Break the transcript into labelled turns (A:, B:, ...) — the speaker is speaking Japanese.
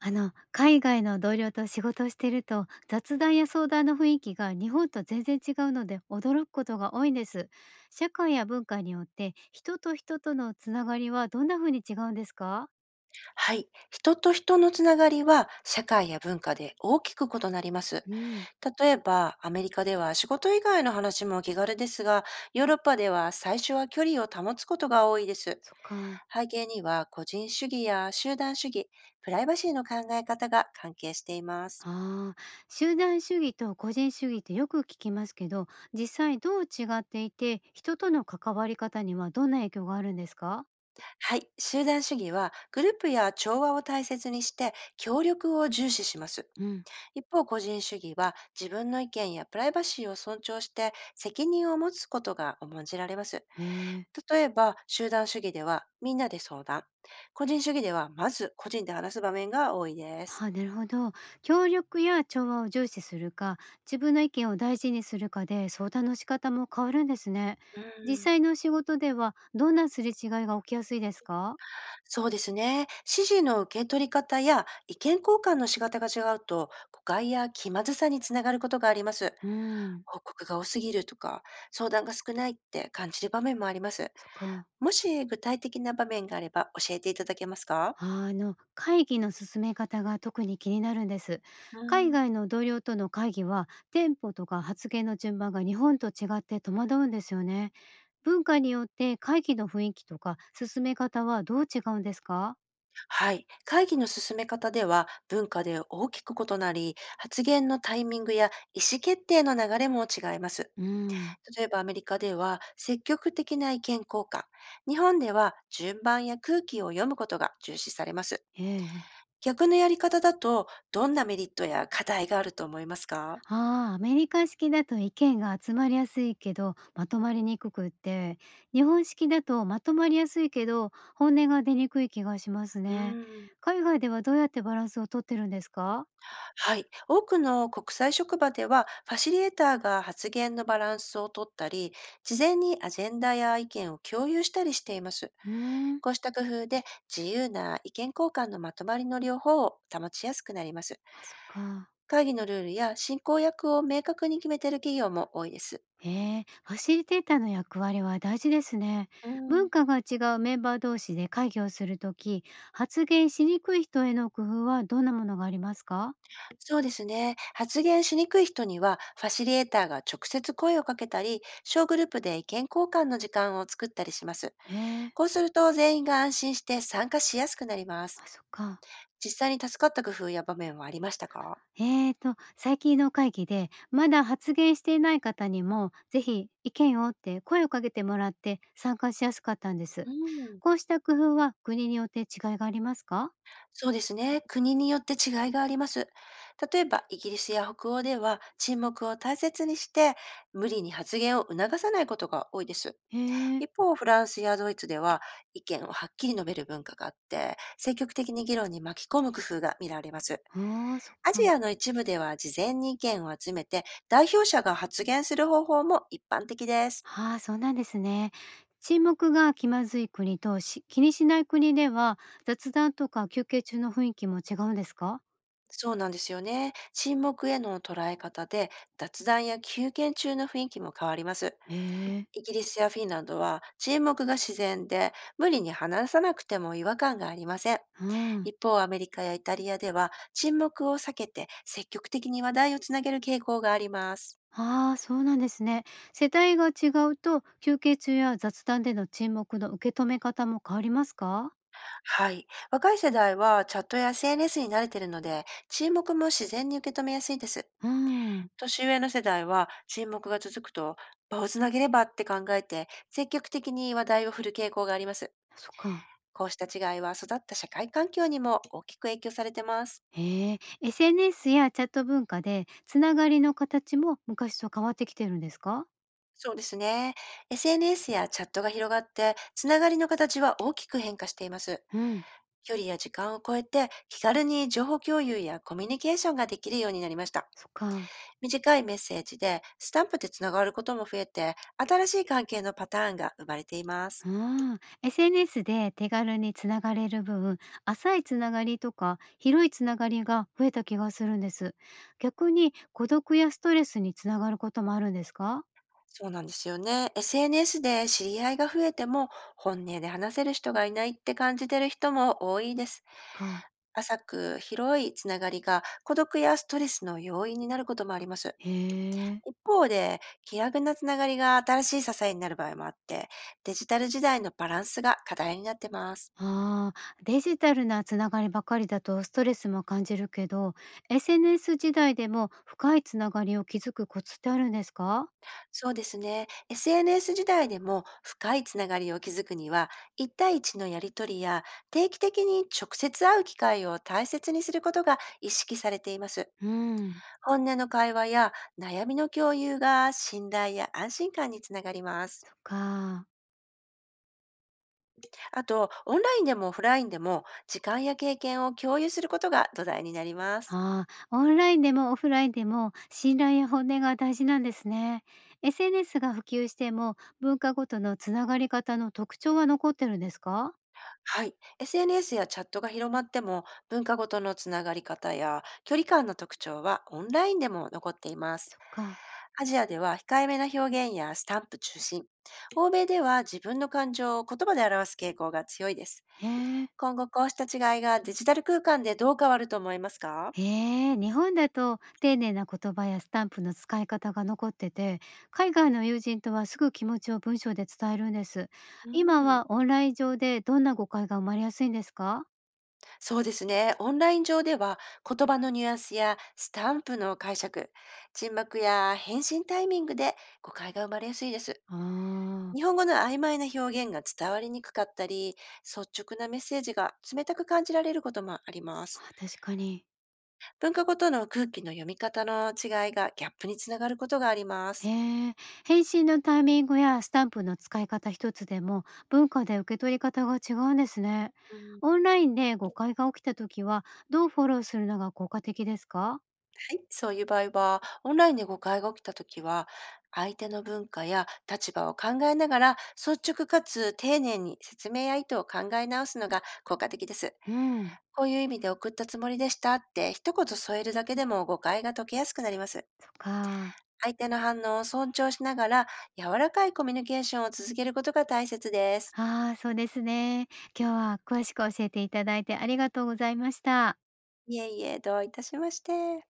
A: 海外の同僚と仕事をしていると雑談や相談の雰囲気が日本と全然違うので驚くことが多いんです。社会や文化によって人と人とのつながりはどんな風に違うんですか？
B: はい。人と人のつながりは社会や文化で大きく異なります。
A: うん。
B: 例えば、アメリカでは仕事以外の話も気軽ですが、ヨーロッパでは最初は距離を保つことが多いです。
A: そっか。
B: 背景には個人主義や集団主義、プライバシーの考え方が関係しています。
A: ああ、集団主義と個人主義ってよく聞きますけど、実際どう違っていて人との関わり方にはどんな影響があるんですか？
B: はい。集団主義はグループや調和を大切にして協力を重視します。
A: うん。
B: 一方、個人主義は自分の意見やプライバシーを尊重して責任を持つことが重んじられます。
A: へえ。
B: 例えば、集団主義ではみんなで相談。個人主義ではまず個人で話す場面が多いです。
A: はあ、なるほど。協力や調和を重視するか、自分の意見を大事にするかで相談の仕方も変わるんですね。
B: う
A: 実
B: ん、
A: 際の仕事ではどんなすれ違いが起きやすいですか？
B: そうですね。指示の受け取り方や意見交換の仕方が違うと誤解や気まずさにつながることがあります。
A: うん。
B: 報告が多すぎるとか相談が少ないって感じる場面もあります。
A: そっか。
B: もし具体的な場面があれば教えていただけますか？
A: 会議の進め方が特に気になるんです。
B: う
A: 海
B: ん。
A: 外の同僚との会議は、テンポとか発言の順番が日本と違って戸惑うんですよね。文化によって会議の雰囲気とか進め方はどう違うんですか？
B: はい。会議の進め方では文化で大きく異なり、発言のタイミングや意思決定の流れも違います。
A: うん。
B: 例えば、アメリカでは積極的な意見交換、日本では順番や空気を読むことが重視されます。
A: ええ。
B: 逆のやり方だと、どんなメリットや課題があると思いますか？
A: ああ、アメリカ式だと意見が集まりやすいけどまとまりにくくって、日本式だとまとまりやすいけど本音が出にくい気がします
B: う
A: ね。
B: ーん。
A: 海外ではどうやってバランスをとってるんですか？
B: はい。多くの国際職場では、ファシリエーターが発言のバランスを取ったり、事前にアジェンダや意見を共有したりしています。
A: うーん。
B: こうした工夫で、自由な意見交換のまとまりの両方を保ちやすくなります。
A: あ、そっか。
B: 会議のルールや進行役を明確に決めている企業も多いです。
A: へえ、ファシリテーターの役割は大事ですね。
B: う
A: 文
B: ん、
A: 化が違うメンバー同士で会議をするとき、発言しにくい人への工夫はどんなものがありますか？
B: そうですね。発言しにくい人には、ファシリエーターが直接声をかけたり、小グループで意見交換の時間を作ったりします。
A: へえ。
B: こうすると、全員が安心して参加しやすくなります。
A: あ、そっか。
B: 実際に助かった工夫や場面はありましたか？
A: 最近の会議で、まだ発言していない方にも、ぜひ意見をって声をかけてもらって参加しやすかったんです。
B: うん、
A: こうした工夫は国によって違いがありますか？
B: そうですね。国によって違いがあります。例えば、イギリスや北欧では沈黙を大切にして、無理に発言を促さないことが多いです。
A: へえ。
B: 一方、フランスやドイツでは意見をはっきり述べる文化があって、積極的に議論に巻き込む工夫が見られます。
A: ああ、そっ
B: ア
A: か。
B: ジアの一部では事前に意見を集めて、代表者が発言する方法も一般的です。
A: ああ、そうなんですね。沈黙が気まずい国とし気にしない国では、雑談とか休憩中の雰囲気も違うんですか？
B: そうなんですよね。沈黙への捉え方で、雑談や休憩中の雰囲気も変わります。
A: へえ。
B: イギリスやフィンランドは沈黙が自然で、無理に話さなくても違和感がありません。
A: うん。
B: 一方、アメリカやイタリアでは沈黙を避けて積極的に話題をつなげる傾向があります。
A: ああ、そうなんですね。世代が違うと、休憩中や雑談での沈黙の受け止め方も変わりますか？
B: はい。若い世代はチャットや SNS に慣れているので、沈黙も自然に受け止めやすいです。
A: うーん。
B: 年上の世代は沈黙が続くと、場をつなげればって考えて積極的に話題を振る傾向があります。
A: そっか。
B: こうした違いは、育った社会環境にも大きく影響されてます。
A: へえ、SNS やチャット文化で、つながりの形も昔と変わってきてるんですか？
B: そうですね。SNS やチャットが広がって、つながりの形は大きく変化しています。
A: うん。
B: 距離や時間を超えて、気軽に情報共有やコミュニケーションができるようになりました。
A: そっか。
B: 短いメッセージでスタンプでつながることも増えて、新しい関係のパターンが生まれています。
A: うーん、SNS で手軽につながれる分、浅いつながりとか広いつながりが増えた気がするんです。逆に孤独やストレスにつながることもあるんですか？
B: そうなんですよね。SNS で知り合いが増えても、本音で話せる人がいないって感じてる人も多いです。
A: そっか。
B: 浅く広いつながりが孤独やストレスの要因になることもあります。
A: へえ。
B: 一方で、気楽なつながりが新しい支えになる場合もあって、デジタル時代のバランスが課題になってます。
A: ああ、デジタルなつながりばかりだとストレスも感じるけど、SNS 時代でも深いつながりを築くコツってあるんですか？
B: そうですね。SNS 時代でも深いつながりを築くには、1対1のやりとりや定期的に直接会う機会を大切にすることが意識されています。
A: うん。
B: 本音の会話や悩みの共有が信頼や安心感につながります。
A: そっか。
B: あと、オンラインでもオフラインでも時間や経験を共有することが土台になります。
A: ああ、オンラインでもオフラインでも信頼や本音が大事なんですね。SNS が普及しても文化ごとのつながり方の特徴は残ってるんですか？
B: はい。SNS やチャットが広まっても、文化ごとのつながり方や距離感の特徴はオンラインでも残っています。
A: そっか。
B: アジアでは控えめな表現やスタンプ中心。欧米では自分の感情を言葉で表す傾向が強いです。
A: へえ。
B: 今後、こうした違いがデジタル空間でどう変わると思いますか？
A: へえ、日本だと丁寧な言葉やスタンプの使い方が残ってて、海外の友人とはすぐ気持ちを文章で伝えるんです。
B: う
A: 今
B: ん、
A: はオンライン上でどんな誤解が生まれやすいんですか？
B: そうですね。オンライン上では、言葉のニュアンスやスタンプの解釈、沈黙や返信タイミングで誤解が生まれやすいです。
A: あー
B: 日本語の曖昧な表現が伝わりにくかったり、率直なメッセージが冷たく感じられることもありま
A: あ、
B: す。
A: 確かに。
B: 文化ごとの空気の読み方の違いがギャップにつながることがありま
A: へ
B: す。
A: え、返信のタイミングやスタンプの使い方一つでも文化で受け取り方が違うんですね。
B: うん、
A: オ
B: は
A: ンラインで誤解が起きた時はどうフォローするのが効果的ですか？
B: い、そういう場合は、オンラインで誤解が起きたときは、相手の文化や立場を考えながら、率直かつ丁寧に説明や意図を考え直すのが効果的です。
A: うん。
B: こういう意味で送ったつもりでしたって一言添えるだけでも、誤解が解けやすくなります。
A: そっか。
B: 相手の反応を尊重しながら、柔らかいコミュニケーションを続けることが大切です。
A: ああ、そうですね。今日は詳しく教えていただいてありがとうございました。
B: いえいえ、どういたしまして。